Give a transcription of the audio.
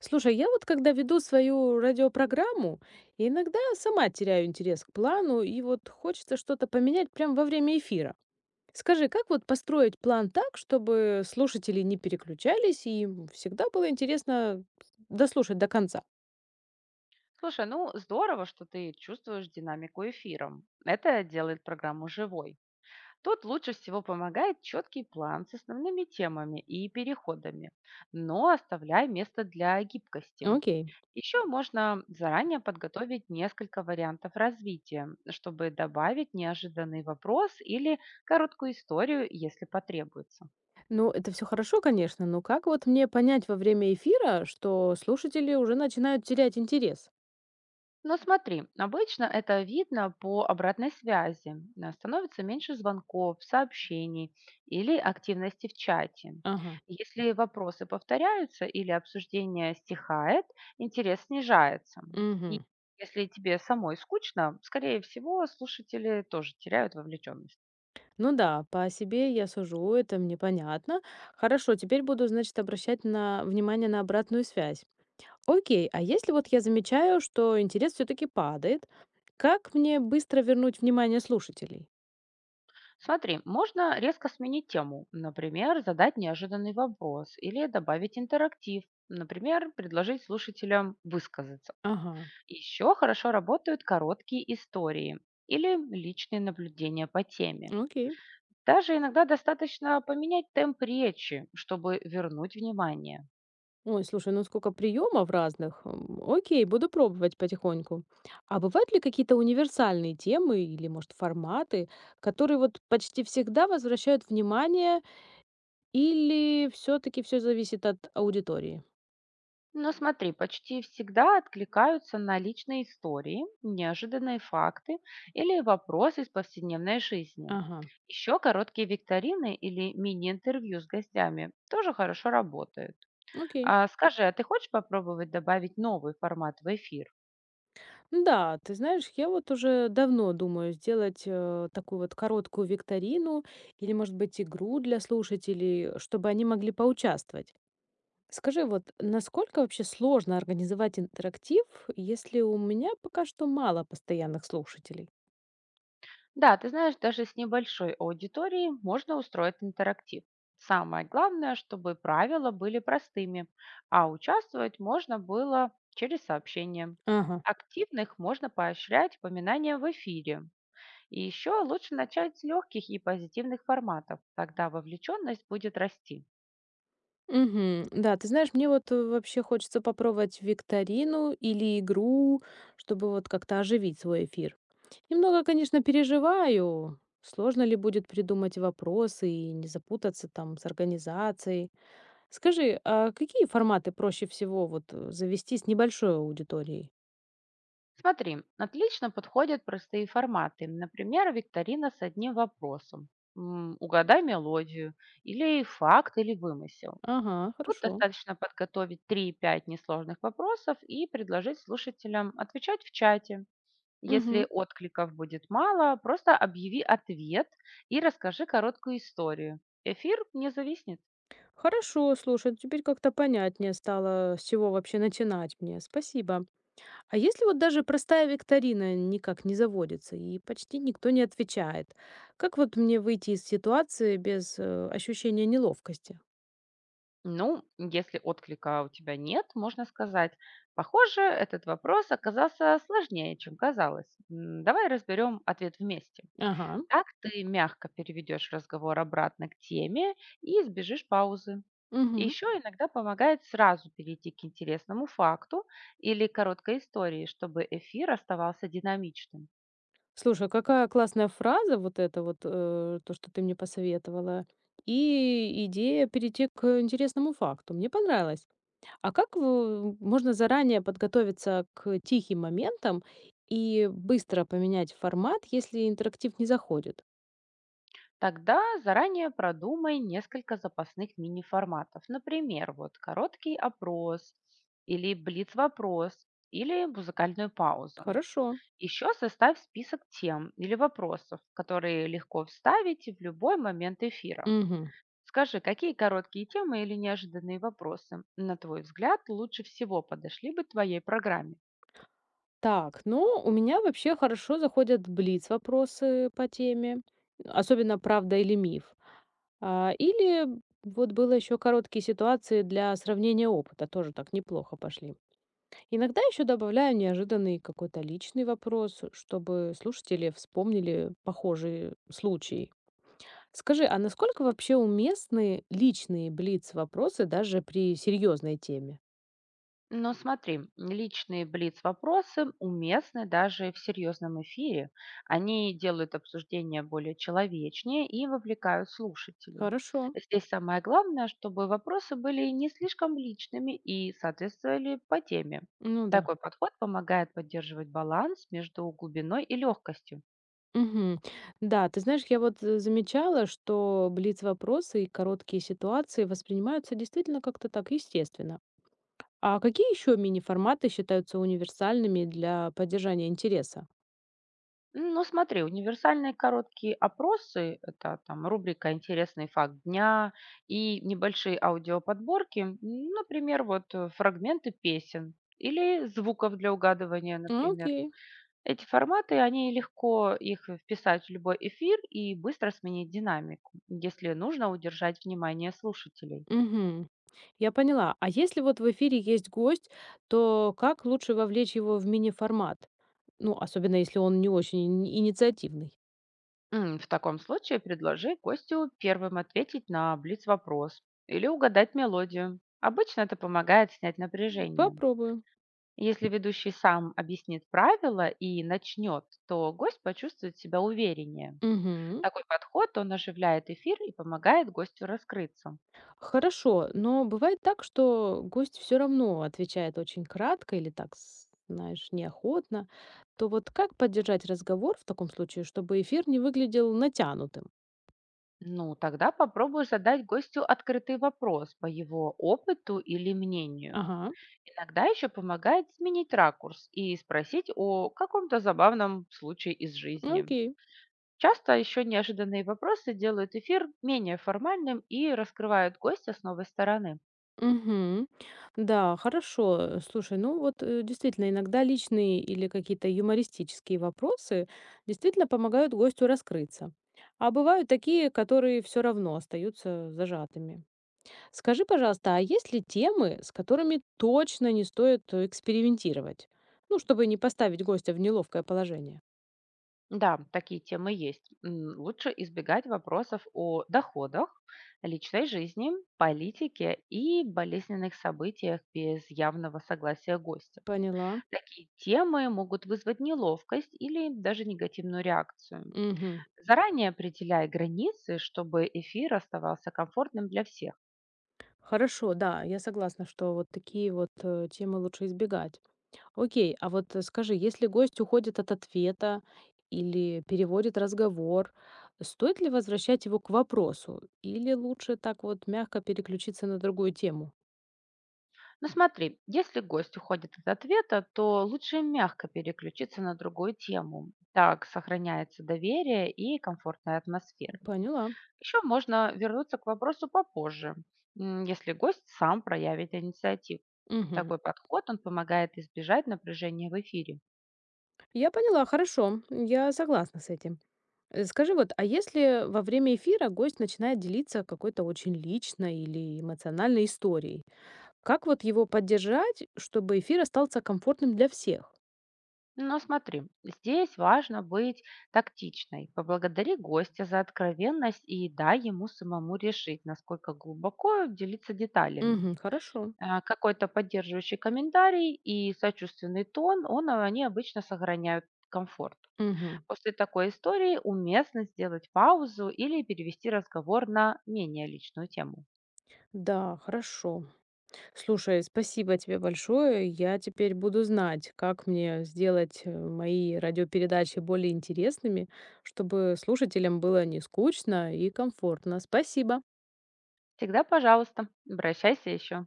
Слушай, я вот когда веду свою радиопрограмму, иногда сама теряю интерес к плану, и вот хочется что-то поменять прямо во время эфира. Скажи, как вот построить план так, чтобы слушатели не переключались, и им всегда было интересно дослушать до конца? Слушай, ну здорово, что ты чувствуешь динамику эфиром. Это делает программу живой. Тут лучше всего помогает четкий план с основными темами и переходами, но оставляй место для гибкости. Окей. Еще можно заранее подготовить несколько вариантов развития, чтобы добавить неожиданный вопрос или короткую историю, если потребуется. Ну, это все хорошо, конечно, но как вот мне понять во время эфира, что слушатели уже начинают терять интерес? Но смотри, обычно это видно по обратной связи. Становится меньше звонков, сообщений или активности в чате. Ага. Если вопросы повторяются или обсуждение стихает, интерес снижается. И Мгм. если тебе самой скучно, скорее всего, слушатели тоже теряют вовлеченность. Ну да, по себе я сужу, это мне понятно. Хорошо, теперь буду, значит, обращать на внимание на обратную связь. Окей, а если вот я замечаю, что интерес все-таки падает, как мне быстро вернуть внимание слушателей? Смотри, можно резко сменить тему, например, задать неожиданный вопрос или добавить интерактив, например, предложить слушателям высказаться. Ага, Еще хорошо работают короткие истории или личные наблюдения по теме. окей. Даже иногда достаточно поменять темп речи, чтобы вернуть внимание. Ой, слушай, ну сколько приемов разных. Окей, буду пробовать потихоньку. А бывают ли какие-то универсальные темы или, может, форматы, которые вот почти всегда возвращают внимание, или все-таки все зависит от аудитории? Но смотри, почти всегда откликаются на личные истории, неожиданные факты или вопросы из повседневной жизни. Ага, Еще короткие викторины или мини-интервью с гостями тоже хорошо работают. окей. А скажи, а ты хочешь попробовать добавить новый формат в эфир? Ну да, ты знаешь, я вот уже давно думаю сделать такую вот короткую викторину или, может быть, игру для слушателей, чтобы они могли поучаствовать. Скажи, вот насколько вообще сложно организовать интерактив, если у меня пока что мало постоянных слушателей? Да, ты знаешь, даже с небольшой аудиторией можно устроить интерактив. Самое главное, чтобы правила были простыми, а участвовать можно было через сообщения. Ага. Активных можно поощрять упоминанием в эфире. И еще лучше начать с легких и позитивных форматов, тогда вовлеченность будет расти. Мгм. Да, ты знаешь, мне вот вообще хочется попробовать викторину или игру, чтобы вот как-то оживить свой эфир. Немного, конечно, переживаю. Сложно ли будет придумать вопросы и не запутаться там с организацией? Скажи, а какие форматы проще всего вот завести с небольшой аудиторией? Смотри, отлично подходят простые форматы, например, викторина с одним вопросом, угадай мелодию, или факт или вымысел. Ага, Тут хорошо. достаточно подготовить три-пять несложных вопросов и предложить слушателям отвечать в чате. Если Мгм. откликов будет мало, просто объяви ответ и расскажи короткую историю. Эфир не зависнет. Хорошо, слушай, ну, теперь как-то понятнее стало, с чего вообще начинать мне. Спасибо. А если вот даже простая викторина никак не заводится и почти никто не отвечает, как вот мне выйти из ситуации без ощущения неловкости? Ну, если отклика у тебя нет, можно сказать, похоже, этот вопрос оказался сложнее, чем казалось. Давай разберем ответ вместе. Ага. Так ты мягко переведешь разговор обратно к теме и избежишь паузы. Мгм. Еще иногда помогает сразу перейти к интересному факту или короткой истории, чтобы эфир оставался динамичным. Слушай, а какая классная фраза вот эта вот, то, что ты мне посоветовала, и идея перейти к интересному факту. Мне понравилось. А можно заранее подготовиться к тихим моментам и быстро поменять формат, если интерактив не заходит? Тогда заранее продумай несколько запасных мини-форматов. Например, вот короткий опрос или блиц-вопрос или музыкальную паузу. Хорошо. Еще составь список тем или вопросов, которые легко вставить в любой момент эфира. Мгм. Скажи, какие короткие темы или неожиданные вопросы, на твой взгляд, лучше всего подошли бы твоей программе? Так, ну, у меня вообще хорошо заходят блиц-вопросы по теме, особенно правда или миф. А, или вот было еще короткие ситуации для сравнения опыта, тоже так неплохо пошли. Иногда еще добавляю неожиданный какой-то личный вопрос, чтобы слушатели вспомнили похожие случаи. Скажи, а насколько вообще уместны личные блиц-вопросы даже при серьезной теме? Но смотри, личные блиц-вопросы уместны даже в серьезном эфире. Они делают обсуждение более человечнее и вовлекают слушателей. Хорошо. Здесь самое главное, чтобы вопросы были не слишком личными и соответствовали по теме. Ну да. Такой подход помогает поддерживать баланс между глубиной и легкостью. Мгм. Да, ты знаешь, я вот замечала, что блиц-вопросы и короткие ситуации воспринимаются действительно как-то так естественно. А какие еще мини-форматы считаются универсальными для поддержания интереса? Ну, смотри, универсальные короткие опросы – это там рубрика «Интересный факт дня» и небольшие аудиоподборки, например, фрагменты песен или звуков для угадывания, А, например. окей. Эти форматы, они легко их вписать в любой эфир и быстро сменить динамику, если нужно удержать внимание слушателей. Мгм. Я поняла. А если вот в эфире есть гость, то как лучше вовлечь его в мини-формат? Ну, особенно если он не очень инициативный. В таком случае предложи гостю первым ответить на блиц-вопрос или угадать мелодию. Обычно это помогает снять напряжение. Попробую. Если ведущий сам объяснит правила и начнет, то гость почувствует себя увереннее. Мгм. Такой подход, он оживляет эфир и помогает гостю раскрыться. Хорошо, но бывает так, что гость все равно отвечает очень кратко или так, знаешь, неохотно. То вот как поддержать разговор в таком случае, чтобы эфир не выглядел натянутым? Ну, тогда попробуй задать гостю открытый вопрос по его опыту или мнению. Ага. Иногда еще помогает сменить ракурс и спросить о каком-то забавном случае из жизни. Окей. Часто еще неожиданные вопросы делают эфир менее формальным и раскрывают гостя с новой стороны. Мгм. Да, хорошо. Слушай, ну вот действительно, иногда личные или какие-то юмористические вопросы действительно помогают гостю раскрыться. А бывают такие, которые все равно остаются зажатыми. Скажи, пожалуйста, а есть ли темы, с которыми точно не стоит экспериментировать? Ну, чтобы не поставить гостя в неловкое положение. Да, такие темы есть. Лучше избегать вопросов о доходах, личной жизни, политике и болезненных событиях без явного согласия гостя. Поняла. Такие темы могут вызвать неловкость или даже негативную реакцию. Мгм. Заранее определяй границы, чтобы эфир оставался комфортным для всех. Хорошо, да, я согласна, что вот такие вот темы лучше избегать. Окей, а вот скажи, если гость уходит от ответа или переводит разговор, стоит ли возвращать его к вопросу? Или лучше так вот мягко переключиться на другую тему? Но смотри, если гость уходит от ответа, то лучше мягко переключиться на другую тему. Так сохраняется доверие и комфортная атмосфера. Поняла. Еще можно вернуться к вопросу попозже, если гость сам проявит инициативу. Мгм. Такой подход, он помогает избежать напряжения в эфире. Я поняла, хорошо, я согласна с этим. Скажи вот, а если во время эфира гость начинает делиться какой-то очень личной или эмоциональной историей, как вот его поддержать, чтобы эфир остался комфортным для всех? Но смотри, здесь важно быть тактичной. Поблагодари гостя за откровенность и дай ему самому решить, насколько глубоко делиться деталями. Мгм, хорошо. Какой-то поддерживающий комментарий и сочувственный тон, они обычно сохраняют комфорт. Мгм. После такой истории уместно сделать паузу или перевести разговор на менее личную тему. Да, хорошо. Слушай, спасибо тебе большое. Я теперь буду знать, как мне сделать мои радиопередачи более интересными, чтобы слушателям было не скучно и комфортно. Спасибо. Всегда, пожалуйста, обращайся еще.